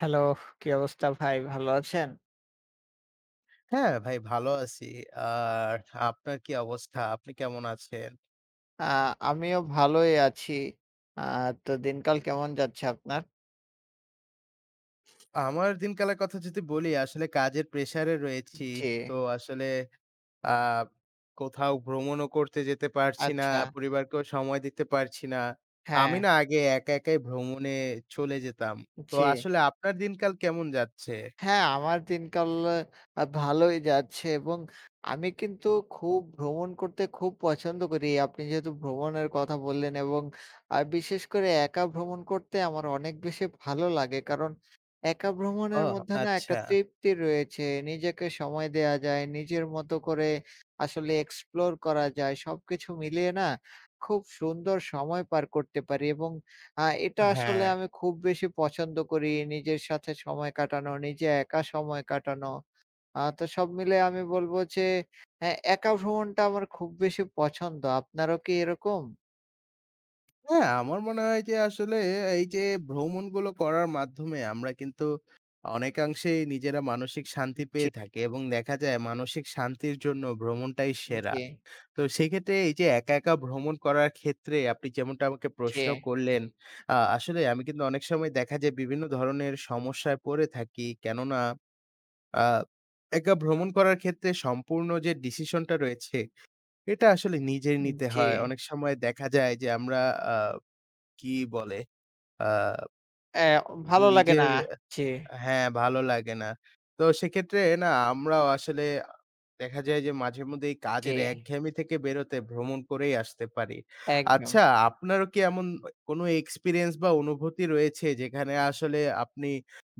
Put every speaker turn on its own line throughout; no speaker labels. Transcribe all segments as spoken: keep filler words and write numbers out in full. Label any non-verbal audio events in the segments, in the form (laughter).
Hello, কি অবস্থা ভাই? ভালো আছেন?
হ্যাঁ, ভাই ভালো আছি। আর আপনার কি অবস্থা? আপনি কেমন আছেন?
আ আমিও ভালোই আছি। আ তো দিনকাল কেমন যাচ্ছে আপনার?
আমার দিনকালের কথা যদি বলি, আসলে কাজের প্রেশারে রয়েছি।
জি,
তো আসলে আ কোথাও ভ্রমণও করতে যেতে পারছি না,
আচ্ছা।
পরিবারকেও সময় দিতে পারছি না।
হ্যাঁ,
আমি না আগে একা, একাই ভ্রমণে চলে যেতাম। তো
জি।
আসলে আপনার দিনকাল কেমন যাচ্ছে?
হ্যাঁ, আমার দিনকাল আ ভালোই যাচ্ছে এবং আমি কিন্তু খুব ভ্রমণ করতে খুব পছন্দ করি। আপনি যেহেতু ভ্রমণের কথা বললেন এবং আ বিশেষ করে একা ভ্রমণ করতে আমার অনেক বেশি ভালো লাগে। কারণ একা
ও
ভ্রমণের মধ্যে না একটা
আচ্ছা।
তৃপ্তি রয়েছে। নিজেকে সময় দেয়া যায়, নিজের মতো করে আসলে এক্সপ্লোর করা যায়। সবকিছু মিলিয়ে না খুব সুন্দর সময় পার করতে পারি এবং আ এটা আসলে
হ্যাঁ।
আমি খুব বেশি পছন্দ করি। নিজের সাথে সময় কাটানো, নিজে একা সময় কাটানো। আ তো সব মিলে আমি বলব যে হ্যাঁ, একা ভ্রমণটা আমার খুব বেশি পছন্দ। আপনারও কি এরকম?
হ্যাঁ, আমার মনে হয় যে আসলে এই যে ভ্রমণগুলো করার মাধ্যমে আমরা কিন্তু অনেকাংশেই নিজেরা মানসিক শান্তি
জি।
পেয়ে থাকি এবং দেখা যায় মানসিক শান্তির জন্য ভ্রমণটাই সেরা।
জি,
তো সেক্ষেত্রে এই যে একা, একা ভ্রমণ করার ক্ষেত্রে আপনি যেমনটা আমাকে
জি,
প্রশ্ন করলেন, আ আসলে আমি কিন্তু অনেক সময় দেখা যায় বিভিন্ন ধরনের সমস্যায় পড়ে থাকি। কেননা আ একা ভ্রমণ করার ক্ষেত্রে সম্পূর্ণ যে ডিসিশনটা রয়েছে, এটা আসলে নিজের নিতে
জি।
হয়। অনেক সময় দেখা যায় যে আমরা আ কি বলে আ
অ্যা ভালো লাগে
নিজের
না। জি,
হ্যাঁ, ভালো লাগে না। তো সেক্ষেত্রে না আমরাও আসলে দেখা যায় যে মাঝেমধ্যে এই
জি,
কাজের একঘেয়েমি থেকে বেরোতে ভ্রমণ করেই আসতে পারি।
একদম।
আচ্ছা আপনারও কি এমন কোনো এক্সপেরিয়েন্স বা অনুভূতি রয়েছে যেখানে আসলে আপনি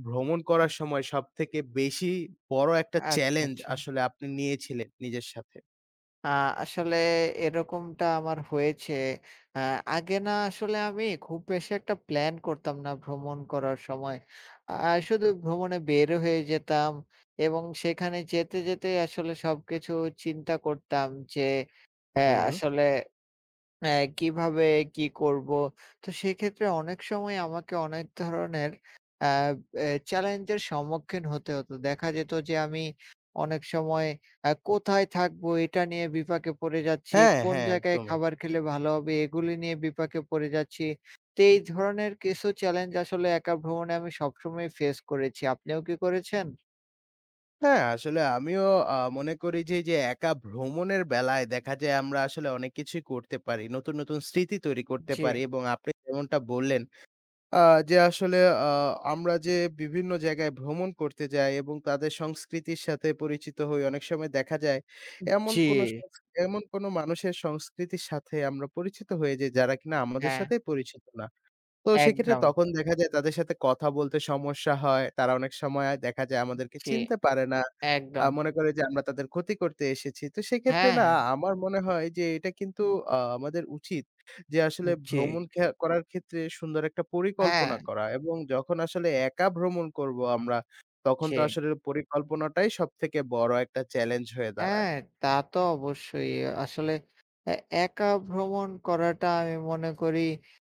ভ্রমণ করার সময় সবথেকে বেশি বড় একটা
আচ্ছা,
চ্যালেঞ্জ
আচ্ছা।
আসলে আপনি নিয়েছিলেন নিজের সাথে?
আ আসলে এরকমটা আমার হয়েছে। আ আগে না আসলে আমি খুব বেশি একটা প্ল্যান করতাম না ভ্রমণ করার সময়। আ শুধু ভ্রমণে বের হয়ে যেতাম এবং সেখানে যেতে, যেতে আসলে সবকিছু চিন্তা করতাম যে, অ্যা
হুম।
আসলে হ্যাঁ, কিভাবে কি করব? তো সেক্ষেত্রে অনেক সময় আমাকে অনেক ধরনের আ এ চ্যালেঞ্জের সম্মুখীন হতে হতো। দেখা যেত যে আমি অনেক সময় আ কোথায় থাকবো এটা নিয়ে বিপাকে পড়ে যাচ্ছি,
হ্যাঁ,
কোন
হ্যাঁ,
জায়গায়
একদমই।
খাবার খেলে ভালো হবে এগুলি নিয়ে বিপাকে পড়ে যাচ্ছি। তো এই ধরনের কিছু চ্যালেঞ্জ আসলে একা ভ্রমণে আমি সবসময় ফেস করেছি। আপনিও কি করেছেন?
হ্যাঁ, আসলে আমিও আ মনে করি যে, এইযে একা ভ্রমণের বেলায় দেখা যায় আমরা আসলে অনেক কিছুই করতে পারি। নতুন, নতুন স্মৃতি তৈরি করতে
জি,
পারি এবং আপনি যেমনটা বললেন আ যে আসলে আ আমরা যে বিভিন্ন জায়গায় ভ্রমণ করতে যাই এবং তাদের সংস্কৃতির সাথে পরিচিত হই। অনেক সময় দেখা যায় এমন
জি,
কোনো সংস এমন কোনো মানুষের সংস্কৃতির সাথে আমরা পরিচিত হয়ে যাই যারা কিনা আমাদের
হ্যাঁ,
সাথেই পরিচিত না। তো সেক্ষেত্রে
একদম।
তখন দেখা যায় তাদের সাথে কথা বলতে সমস্যা হয়। তারা অনেক সময় দেখা যায় আমাদেরকে
জি,
চিনতে পারে না। আ
একদম।
মনে করে যে আমরা তাদের ক্ষতি করতে এসেছি। তো সেক্ষেত্রে না
হ্যাঁ,
আমার মনে হয় যে এটা কিন্তু আ আমাদের উচিত যে আসলে
জি,
ভ্রমণ খে করার ক্ষেত্রে সুন্দর একটা
হ্যাঁ,
পরিকল্পনা করা এবং যখন আসলে একা ভ্রমণ করব আমরা তখন
জি।
তো আসলে পরিকল্পনাটাই সবথেকে বড় একটা চ্যালেঞ্জ হয়ে দাঁড়ায়।
হ্যাঁ, তা তো অবশ্যই। আসলে এ একা ভ্রমণ করাটা আমি মনে করি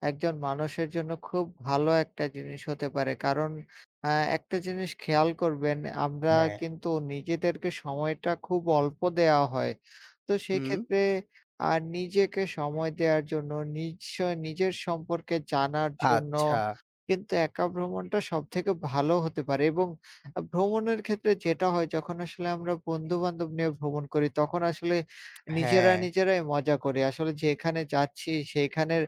একজন মানুষের জন্য খুব ভালো একটা জিনিস হতে পারে। কারণ আ একটা জিনিস খেয়াল করবেন আমরা
হ্যাঁ।
কিন্তু নিজেদেরকে সময়টা খুব অল্প দেয়া হয়। তো
হুম,
সেক্ষেত্রে আ নিজেকে সময় দেওয়ার জন্য, নিজ নিজের সম্পর্কে জানার জন্য
আচ্ছা।
কিন্তু একা ভ্রমণটা সবথেকে ভালো হতে পারে এবং আ ভ্রমণের ক্ষেত্রে যেটা হয় যখন আসলে আমরা বন্ধু-বান্ধব নিয়ে ভ্রমণ করি, তখন আসলে নিজেরা,
হ্যাঁ,
নিজেরাই মজা করি। আসলে যেখানে যাচ্ছি সেইখানের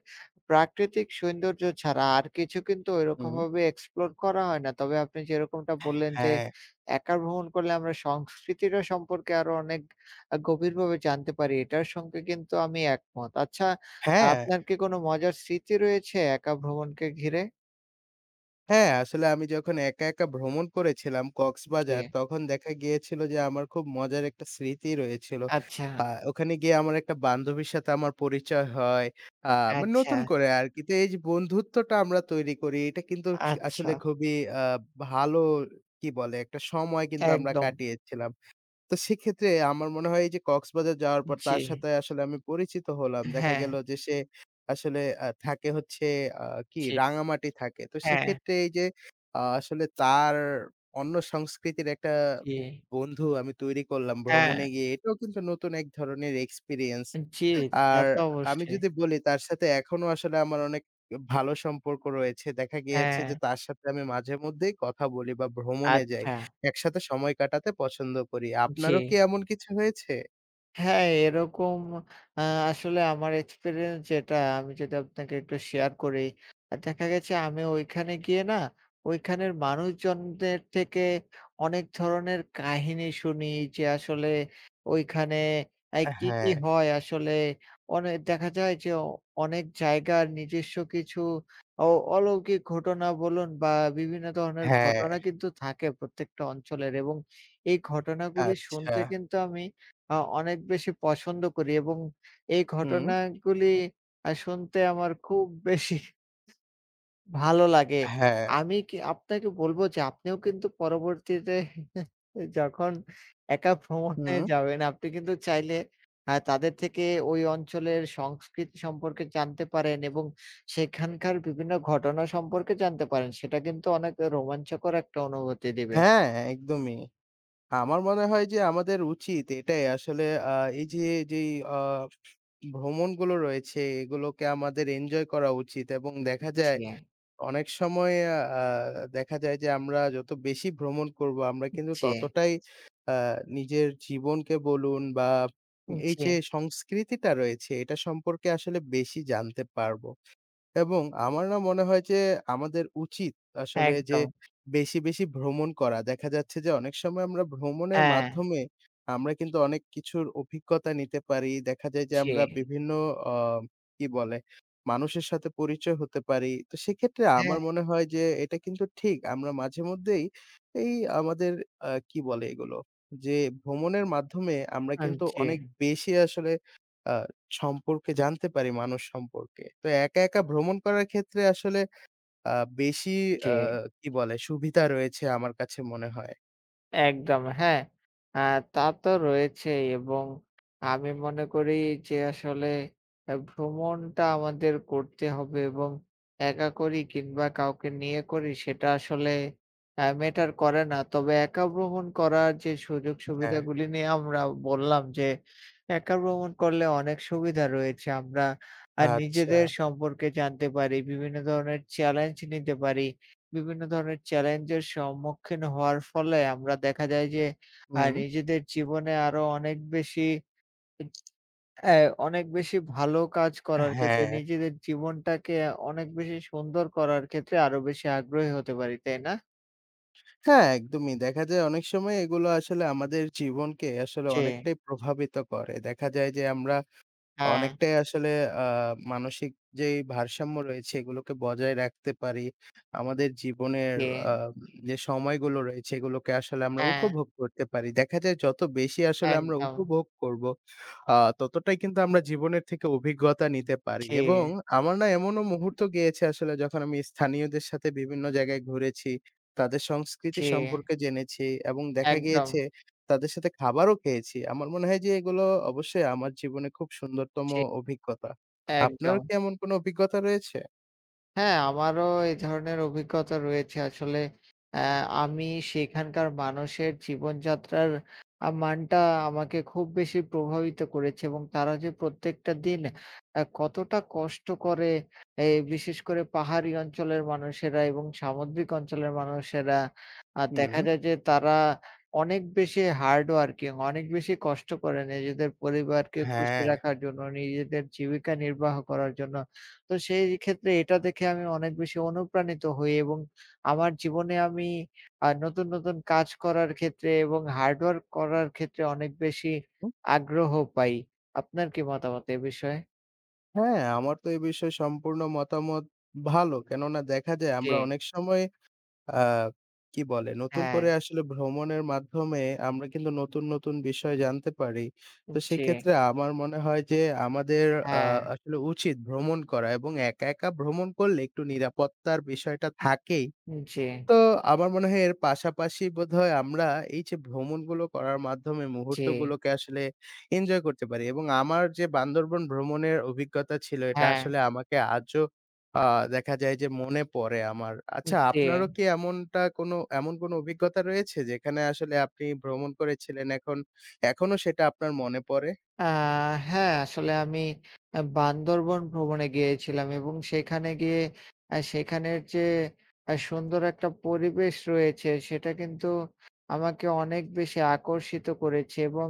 প্রাকৃতিক সৌন্দর্য ছাড়া আর কিছু কিন্তু
হুম।
ওইরকমভাবে এক্সপ্লোর করা হয় না। তবে আপনি যেরকমটা বললেন যে,
হ্যাঁ,
একা ভ্রমণ করলে আমরা সংস্কৃতিটা সম্পর্কে আরো অনেক আ গভীরভাবে জানতে পারি। এটার সঙ্গে কিন্তু আমি একমত। আচ্ছা,
হ্যাঁ।
আপনার কি কোনো মজার স্মৃতি রয়েছে একা ভ্রমণকে ঘিরে?
হ্যাঁ, আসলে আমি যখন একা, একা ভ্রমণ করেছিলাম
জি।
কক্সবাজার, তখন দেখা গিয়েছিল যে আমার খুব মজার একটা স্মৃতি রয়েছিল।
আচ্ছা,
আ ওখানে গিয়ে আমার একটা বান্ধবীর সাথে আমার পরিচয় হয়। আ মানে
আচ্ছা,
নতুন করে আরকি। তো এই যে বন্ধুত্বটা আমরা তৈরি করি, এটা কিন্তু
আচ্ছা।
আসলে খুবই আ ভালো কি বলে? একটা সময় কিন্তু আমরা
একদম।
কাটিয়েছিলাম। তো সেক্ষেত্রে আমার মনে হয় এই যে কক্সবাজার যাওয়ার পর
জি।
তার সাথে আসলে আমি পরিচিত হলাম। দেখা
হ্যাঁ,
গেল যে সে আসলে আ থাকে হচ্ছে আ কি
জি,
রাঙামাটি থাকে। তো
হ্যাঁ,
সেক্ষেত্রে এই যে আ আসলে তার অন্য সংস্কৃতির একটা
জি,
বন্ধু আমি তৈরি করলাম
হ্যাঁ,
ভ্রমণে গিয়ে। এটাও কিন্তু নতুন এক ধরনের এক্সপেরিয়েন্স।
জি, তা
আর
তো
আমি
অবশ্যই।
যদি বলি তার সাথে এখনো আসলে আমার অনেক ভালো সম্পর্ক রয়েছে। দেখা গিয়েছে
হ্যাঁ,
যে তার সাথে আমি মাঝে মধ্যেই কথা বলি বা ভ্রমণে যাই।
আচ্ছা,
একসাথে সময় কাটাতে পছন্দ করি।
জি।
আপনারও কি এমন কিছু হয়েছে?
হ্যাঁ, এরকম আ আসলে আমার এক্সপেরিয়েন্স যেটা আমি যদি আপনাকে একটু শেয়ার করি। আ দেখা গেছে আমি ওইখানে গিয়ে না ওইখানের মানুষজনদের থেকে অনেক ধরনের কাহিনী শুনি যে আসলে ওইখানে আই কি, কি
হ্যাঁ,
হয় আসলে অনে দেখা যায় যে অ- অনেক জায়গার নিজস্ব কিছু অ অলৌকিক ঘটনা বলুন বা বিভিন্ন ধরনের
হ্যাঁ,
ঘটনা কিন্তু থাকে প্রত্যেকটা অঞ্চলের এবং এই ঘটনাগুলি
আচ্ছা।
শুনতে কিন্তু আমি আ অনেক বেশি পছন্দ করি এবং এই
হুম,
ঘটনাগুলি আ শুনতে আমার খুব বেশি ভালো লাগে।
হ্যাঁ,
আমি কি আপনাকে বলব যে আপনিও কিন্তু পরবর্তীতে যখন একা ভ্রমণে
হুম,
যাবেন, আপনি কিন্তু চাইলে আ তাদের থেকে ওই অঞ্চলের সংস্কৃতি সম্পর্কে জানতে পারেন এবং সেখানকার বিভিন্ন ঘটনা সম্পর্কে জানতে পারেন। সেটা কিন্তু অনেক রোমাঞ্চকর একটা অনুভূতি দিবে।
হ্যাঁ, একদমই। আমার মনে হয় যে আমাদের উচিত এটাই আসলে আ এই যে যেই আ ভ্রমণগুলো রয়েছে এগুলোকে আমাদের এনজয় করা উচিত এবং দেখা যায়
জি,
অনেক সময় আ দেখা যায় যে আমরা যত বেশি ভ্রমণ করব আমরা কিন্তু
জি,
ততটাই নিজের জীবনকে বলুন বা এই
জি,
যে সংস্কৃতিটা রয়েছে এটা সম্পর্কে আসলে বেশি জানতে পারবো। এবং আমার না মনে হয় যে আমাদের উচিত আসলে যে
একদম।
বেশি, বেশি ভ্রমণ করা। দেখা যাচ্ছে যে অনেক সময় আমরা ভ্রমণের
হ্যাঁ,
মাধ্যমে আমরা কিন্তু অনেক কিছুর অভিজ্ঞতা নিতে পারি। দেখা যায় যে
জি।
আমরা বিভিন্ন অ কি বলে? মানুষের সাথে পরিচয় হতে পারি। তো সেক্ষেত্রে আমার
হ্যাঁ।
মনে হয় যে এটা কিন্তু ঠিক। আমরা মাঝেমধ্যেই এই আমাদের আ কি বলে এগুলো? যে ভ্রমণের মাধ্যমে আমরা
আ
কিন্তু
জি,
অনেক বেশি আসলে আ সম্পর্কে জানতে পারি মানুষ সম্পর্কে। তো একা, একা ভ্রমণ করার ক্ষেত্রে আসলে আ বেশি
জি।
আ কি বলে সুবিধা রয়েছে আমার কাছে মনে হয়।
একদম হ্যাঁ, আ তা তো রয়েছেই এবং আমি মনে করি যে আসলে আ ভ্রমণটা আমাদের করতে হবে এবং একা করি কিংবা কাউকে নিয়ে করি সেটা আসলে আ ম্যাটার করে না। তবে একা ভ্রমণ করার যে সুযোগ
হ্যাঁ,
সুবিধাগুলি নিয়ে আমরা বললাম যে একা ভ্রমণ করলে অনেক সুবিধা রয়েছে। আমরা আ
আচ্ছা।
নিজেদের সম্পর্কে জানতে পারি, বিভিন্ন ধরনের চ্যালেঞ্জ নিতে পারি। বিভিন্ন ধরনের চ্যালেঞ্জের সম্মুখীন হওয়ার ফলে আমরা দেখা যায় যে আ
হুম।
নিজেদের জীবনে আরো অনেক বেশি অ্যা অনেক বেশি ভালো কাজ করার ক্ষেত্রে
হ্যাঁ,
নিজেদের জীবনটাকে অনেক বেশি সুন্দর করার ক্ষেত্রে আরো বেশি আগ্রহী হতে পারি, তাই না?
হ্যাঁ, একদমই। দেখা যায় অনেক সময় এগুলো আসলে আমাদের জীবনকে আসলে
জি,
অনেকটাই প্রভাবিত করে। দেখা যায় যে আমরা
হ্যাঁ,
অনেকটাই আসলে আ মানসিক যেই ভারসাম্য রয়েছে এগুলোকে বজায় রাখতে পারি। আমাদের জীবনের
জি,
আ যে সময়গুলো রয়েছে এগুলোকে আসলে আমরা
হ্যাঁ,
উপভোগ করতে পারি। দেখা যায় যত বেশি আসলে আমরা
একদম।
উপভোগ করব, আ ততটাই কিন্তু আমরা জীবনের থেকে অভিজ্ঞতা নিতে পারি
জি,
এবং আমার না এমনও মুহূর্ত গিয়েছে আসলে যখন আমি স্থানীয়দের সাথে বিভিন্ন জায়গায় ঘুরেছি, তাদের সংস্কৃতি
জি,
সম্পর্কে জেনেছি এবং দেখা
একদম,
গিয়েছে তাদের সাথে খাবারও খেয়েছি। আমার মনে হয় যে এগুলো অবশ্যই আমার জীবনে খুব সুন্দরতম
জি,
অভিজ্ঞতা। আপনারও
একদম।
কি এমন কোনো অভিজ্ঞতা রয়েছে?
হ্যাঁ, আমারও এই ধরনের অভিজ্ঞতা রয়েছে। আসলে অ্যা আমি সেখানকার মানুষের জীবনযাত্রার আ মানটা আমাকে খুব বেশি প্রভাবিত করেছে এবং তারা যে প্রত্যেকটা দিন অ্যা কতটা কষ্ট করে, এই বিশেষ করে পাহাড়ি অঞ্চলের মানুষেরা এবং সামুদ্রিক অঞ্চলের মানুষেরা আ দেখা
হুম,
যায় যে তারা অনেক বেশি হার্ড ওয়ার্কিং, অনেক বেশি কষ্ট করে নিজেদের পরিবারকে খুশি
হ্যাঁ।
রাখার জন্য, নিজেদের জীবিকা নির্বাহ করার জন্য। তো সেই ক্ষেত্রে এটা দেখে আমি অনেক বেশি অনুপ্রাণিত হই এবং আমার জীবনে আমি আ নতুন, নতুন কাজ করার ক্ষেত্রে এবং হার্ড ওয়ার্ক করার ক্ষেত্রে অনেক বেশি
হুম,
আগ্রহ পাই। আপনার কি মতামত এ বিষয়ে?
হ্যাঁ, আমার তো এই বিষয়ে সম্পূর্ণ মতামত ভালো। কেননা দেখা যায়
জি,
আমরা অনেক সময় আ কি বলে? নতুন
হ্যাঁ,
করে আসলে ভ্রমণের মাধ্যমে আমরা কিন্তু নতুন, নতুন বিষয় জানতে পারি। তো
জি,
সেক্ষেত্রে আমার মনে হয় যে আমাদের আ
হ্যাঁ,
আসলে উচিত ভ্রমণ করা এবং একা, একা ভ্রমণ করলে একটু নিরাপত্তার বিষয়টা থাকেই।
জি,
তো আমার মনে হয় এর পাশাপাশি বোধহয় আমরা এই যে ভ্রমণগুলো করার মাধ্যমে
জি,
মুহূর্তগুলোকে আসলে এনজয় করতে পারি এবং আমার যে বান্দরবন ভ্রমণের অভিজ্ঞতা ছিল এটা
হ্যাঁ,
আসলে আমাকে আজও আ দেখা যায় যে মনে পড়ে আমার। আচ্ছা
জি।
আপনারও কি এমনটা কোনো এমন কোনো অভিজ্ঞতা রয়েছে যেখানে আসলে আপনি ভ্রমণ করেছিলেন এখন এখনো সেটা আপনার মনে পড়ে?
আ হ্যাঁ, আসলে আমি আ বান্দরবন ভ্রমণে গিয়েছিলাম এবং সেখানে গিয়ে আ সেখানের যে আ সুন্দর একটা পরিবেশ রয়েছে, সেটা কিন্তু আমাকে অনেক বেশি আকর্ষিত করেছে এবং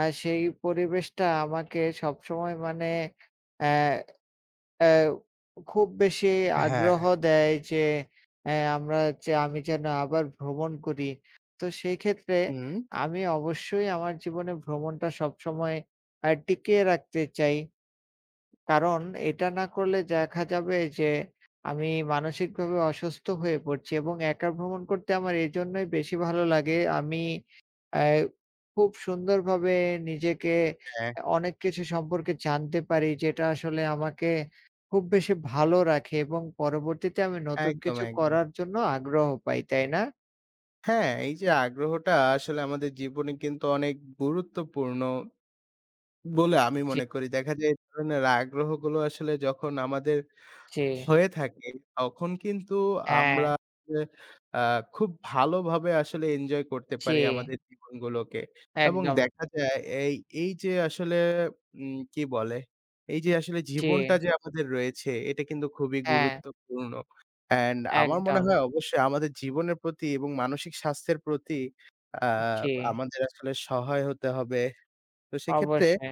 আ সেই পরিবেশটা আমাকে সবসময় মানে অ্যা অ্যা খুব বেশি
হ্যাঁ,
আগ্রহ দেয় যে অ্যা আমরা যে আমি যেন আবার ভ্রমণ করি। তো সেই ক্ষেত্রে
হুম।
আমি অবশ্যই আমার জীবনে ভ্রমণটা সবসময় আ টিকিয়ে রাখতে চাই। কারণ এটা না করলে দেখা যাবে যে আমি মানসিকভাবে অসুস্থ হয়ে পড়ছি এবং একা ভ্রমণ করতে আমার এজন্যই বেশি ভালো লাগে। আমি অ্যা খুব সুন্দরভাবে নিজেকে
হ্যাঁ।
অনেক কিছু সম্পর্কে জানতে পারি যেটা আসলে আমাকে খুব বেশি ভালো রাখে এবং পরবর্তীতে আমি নতুন
একদম,
কিছু
একদম।
করার জন্য আগ্রহ পাই, তাই না?
হ্যাঁ, এই যে আগ্রহটা আসলে আমাদের জীবনে কিন্তু অনেক গুরুত্বপূর্ণ বলে আমি
জি,
মনে করি। দেখা যায় এই ধরনের আগ্রহগুলো আসলে যখন আমাদের
জি।
হয়ে থাকে, তখন কিন্তু
হ্যাঁ,
আমরা আসলে আ খুব ভালোভাবে আসলে এনজয় করতে
জি।
পারি আমাদের জীবনগুলোকে। এবং
একদম।
দেখা যায় এই, এই যে আসলে উম কি বলে? এই যে আসলে
জি।
জীবনটা যে আমাদের রয়েছে, এটা কিন্তু খুবই
হ্যাঁ,
গুরুত্বপূর্ণ। অ্যান্ড আমার মনে
একদম।
হয় অবশ্যই আমাদের জীবনের প্রতি এবং মানসিক স্বাস্থ্যের প্রতি আ
জি,
আমাদের আসলে সহায় হতে হবে। তো সেক্ষেত্রে
অবশ্যই।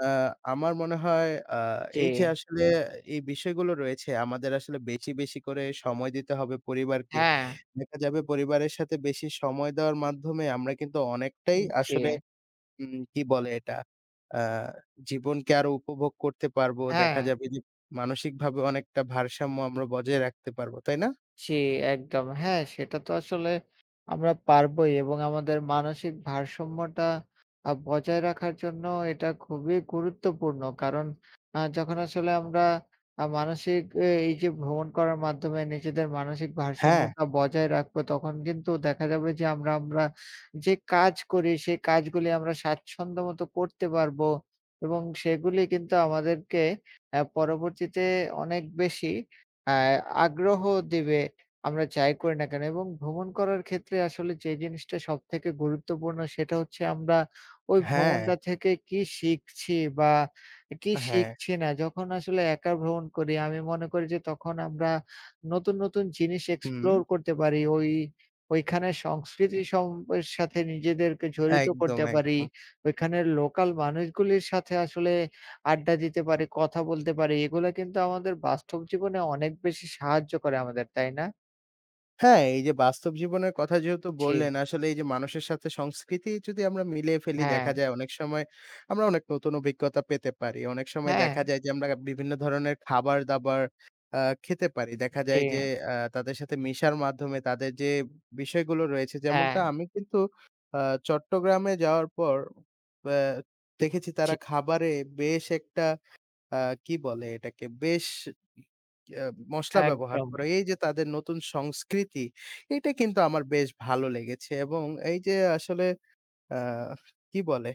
আ আমার মনে হয় আ
জি।
এই যে আসলে এই বিষয়গুলো রয়েছে আমাদের আসলে বেশি, বেশি করে সময় দিতে হবে পরিবারকে।
হ্যাঁ,
দেখা যাবে পরিবারের সাথে বেশি সময় দেওয়ার মাধ্যমে আমরা কিন্তু অনেকটাই
জি,
আসলে উম কি বলে এটা? আ জীবনকে আরো উপভোগ করতে পারবো। দেখা
হ্যাঁ।
যাবে যে মানসিকভাবে অনেকটা ভারসাম্য আমরা বজায় রাখতে পারবো। তাই না?
জি, একদম। হ্যাঁ, সেটা তো আসলে আমরা পারবোই এবং আমাদের মানসিক ভারসাম্যটা আ বজায় রাখার জন্য এটা খুবই গুরুত্বপূর্ণ। কারণ আ যখন আসলে আমরা আ মানসিক এ এই যে ভ্রমণ করার মাধ্যমে নিজেদের মানসিক
হ্যাঁ,
ভারসাম্যটা বজায় রাখবো, তখন কিন্তু দেখা যাবে যে আমরা, আমরা যে কাজ করি সেই কাজগুলি আমরা স্বাচ্ছন্দ্য মতো করতে পারবো এবং সেগুলি কিন্তু আমাদেরকে অ্যা পরবর্তীতে অনেক বেশি আ আগ্রহ দিবে। আমরা যাই করি না কেন এবং ভ্রমণ করার ক্ষেত্রে আসলে যে জিনিসটা সবথেকে গুরুত্বপূর্ণ সেটা হচ্ছে আমরা ওই
হ্যাঁ,
ভ্রমণটা থেকে কি শিখছি বা কি
হ্যাঁ।
শিখছি না। যখন আসলে একা ভ্রমণ করি আমি মনে করি যে তখন আমরা নতুন, নতুন জিনিস
হুম।
এক্সপ্লোর করতে পারি। ওই ওইখানের সংস্কৃতি সম এর সাথে নিজেদেরকে জড়িত
একদম,
করতে পারি।
একদম।
ওইখানের লোকাল মানুষগুলির সাথে আসলে আড্ডা দিতে পারি, কথা বলতে পারি। এগুলা কিন্তু আমাদের বাস্তব জীবনে অনেক বেশি সাহায্য করে আমাদের, তাই না?
হ্যাঁ, এই যে বাস্তব জীবনের কথা যেহেতু
জি,
বললেন, আসলে এই যে মানুষের সাথে সংস্কৃতি যদি আমরা মিলিয়ে ফেলি
হ্যাঁ,
দেখা যায় অনেক সময় আমরা অনেক নতুন অভিজ্ঞতা পেতে পারি। অনেক সময়
হ্যাঁ,
দেখা যায় যে আমরা বিভিন্ন ধরনের খাবার-দাবার আ খেতে পারি। দেখা
জি,
যায় যে আ তাদের সাথে মিশার মাধ্যমে তাদের যে বিষয়গুলো রয়েছে
হ্যাঁ,
যেমনটা আমি কিন্তু আ চট্টগ্রামে যাওয়ার পর ব্যা দেখেছি তারা
জি,
খাবারে বেশ একটা আ কি বলে এটাকে? বেশ আ মসলা ব্যবহার
একদম,
করে। এই যে তাদের নতুন সংস্কৃতি, এটা কিন্তু আমার বেশ ভালো লেগেছে এবং এই যে আসলে আ কি বলে?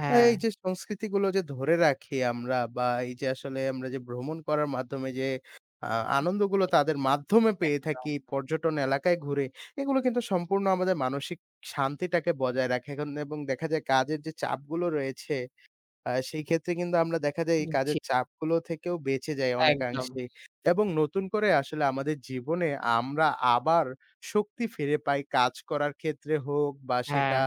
হ্যাঁ,
এই যে সংস্কৃতিগুলো যে ধরে রাখি আমরা বা এই যে আসলে আমরা যে ভ্রমণ করার মাধ্যমে যে আ আনন্দগুলো তাদের মাধ্যমে পেয়ে
একদম,
থাকি পর্যটন এলাকায় ঘুরে, এগুলো কিন্তু সম্পূর্ণ আমাদের মানসিক শান্তিটাকে বজায় রাখে এখন এবং দেখা যায় কাজের যে চাপগুলো রয়েছে আ সেই ক্ষেত্রে কিন্তু আমরা দেখা যায় এই কাজের
জি,
চাপগুলো থেকেও বেঁচে যাই
একদম,
অনেকাংশেই। এবং নতুন করে আসলে আমাদের জীবনে আমরা আবার শক্তি ফিরে পাই কাজ করার ক্ষেত্রে হোক বা
হ্যাঁ,
সেটা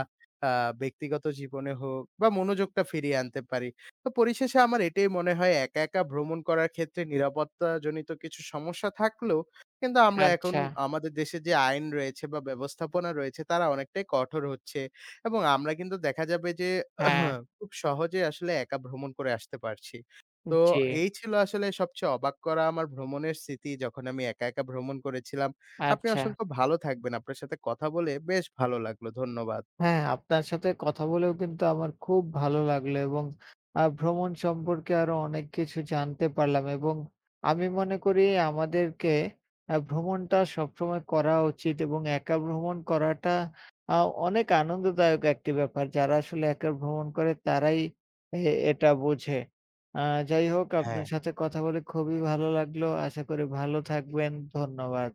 আ ব্যক্তিগত জীবনে হোক বা মনোযোগটা ফিরিয়ে আনতে পারি। তো পরিশেষে আমার এটাই মনে হয় একা, একা ভ্রমণ করার ক্ষেত্রে নিরাপত্তাজনিত কিছু সমস্যা থাকলেও কিন্তু আমরা এখন
আচ্ছা,
আমাদের দেশে যে আইন রয়েছে বা ব্যবস্থাপনা রয়েছে তারা অনেকটাই কঠোর হচ্ছে। এবং আমরা কিন্তু দেখা যাবে যে
হ্যাঁ,
(clears throat) খুব সহজে আসলে একা ভ্রমণ করে আসতে পারছি। তো
জি,
এই ছিল আসলে সবচেয়ে অবাক করা আমার ভ্রমণের স্মৃতি যখন আমি একা, একা ভ্রমণ করেছিলাম। আপনি
আচ্ছা।
অসংখ্য ভালো থাকবেন। আপনার সাথে কথা বলে বেশ ভালো লাগলো। ধন্যবাদ।
হ্যাঁ, আপনার সাথে কথা বলেও কিন্তু আমার খুব ভালো লাগলো এবং আ ভ্রমণ সম্পর্কে আরো অনেক কিছু জানতে পারলাম এবং আমি মনে করি আমাদেরকে আ ভ্রমণটা সবসময় করা উচিত এবং একা ভ্রমণ করাটা আ অনেক আনন্দদায়ক একটি ব্যাপার। যারা আসলে একা ভ্রমণ করে তারাই এ এটা বোঝে। আ যাই হোক
হ্যাঁ।
আপনার সাথে কথা বলে খুবই ভালো লাগলো। আশা করি ভালো থাকবেন। ধন্যবাদ।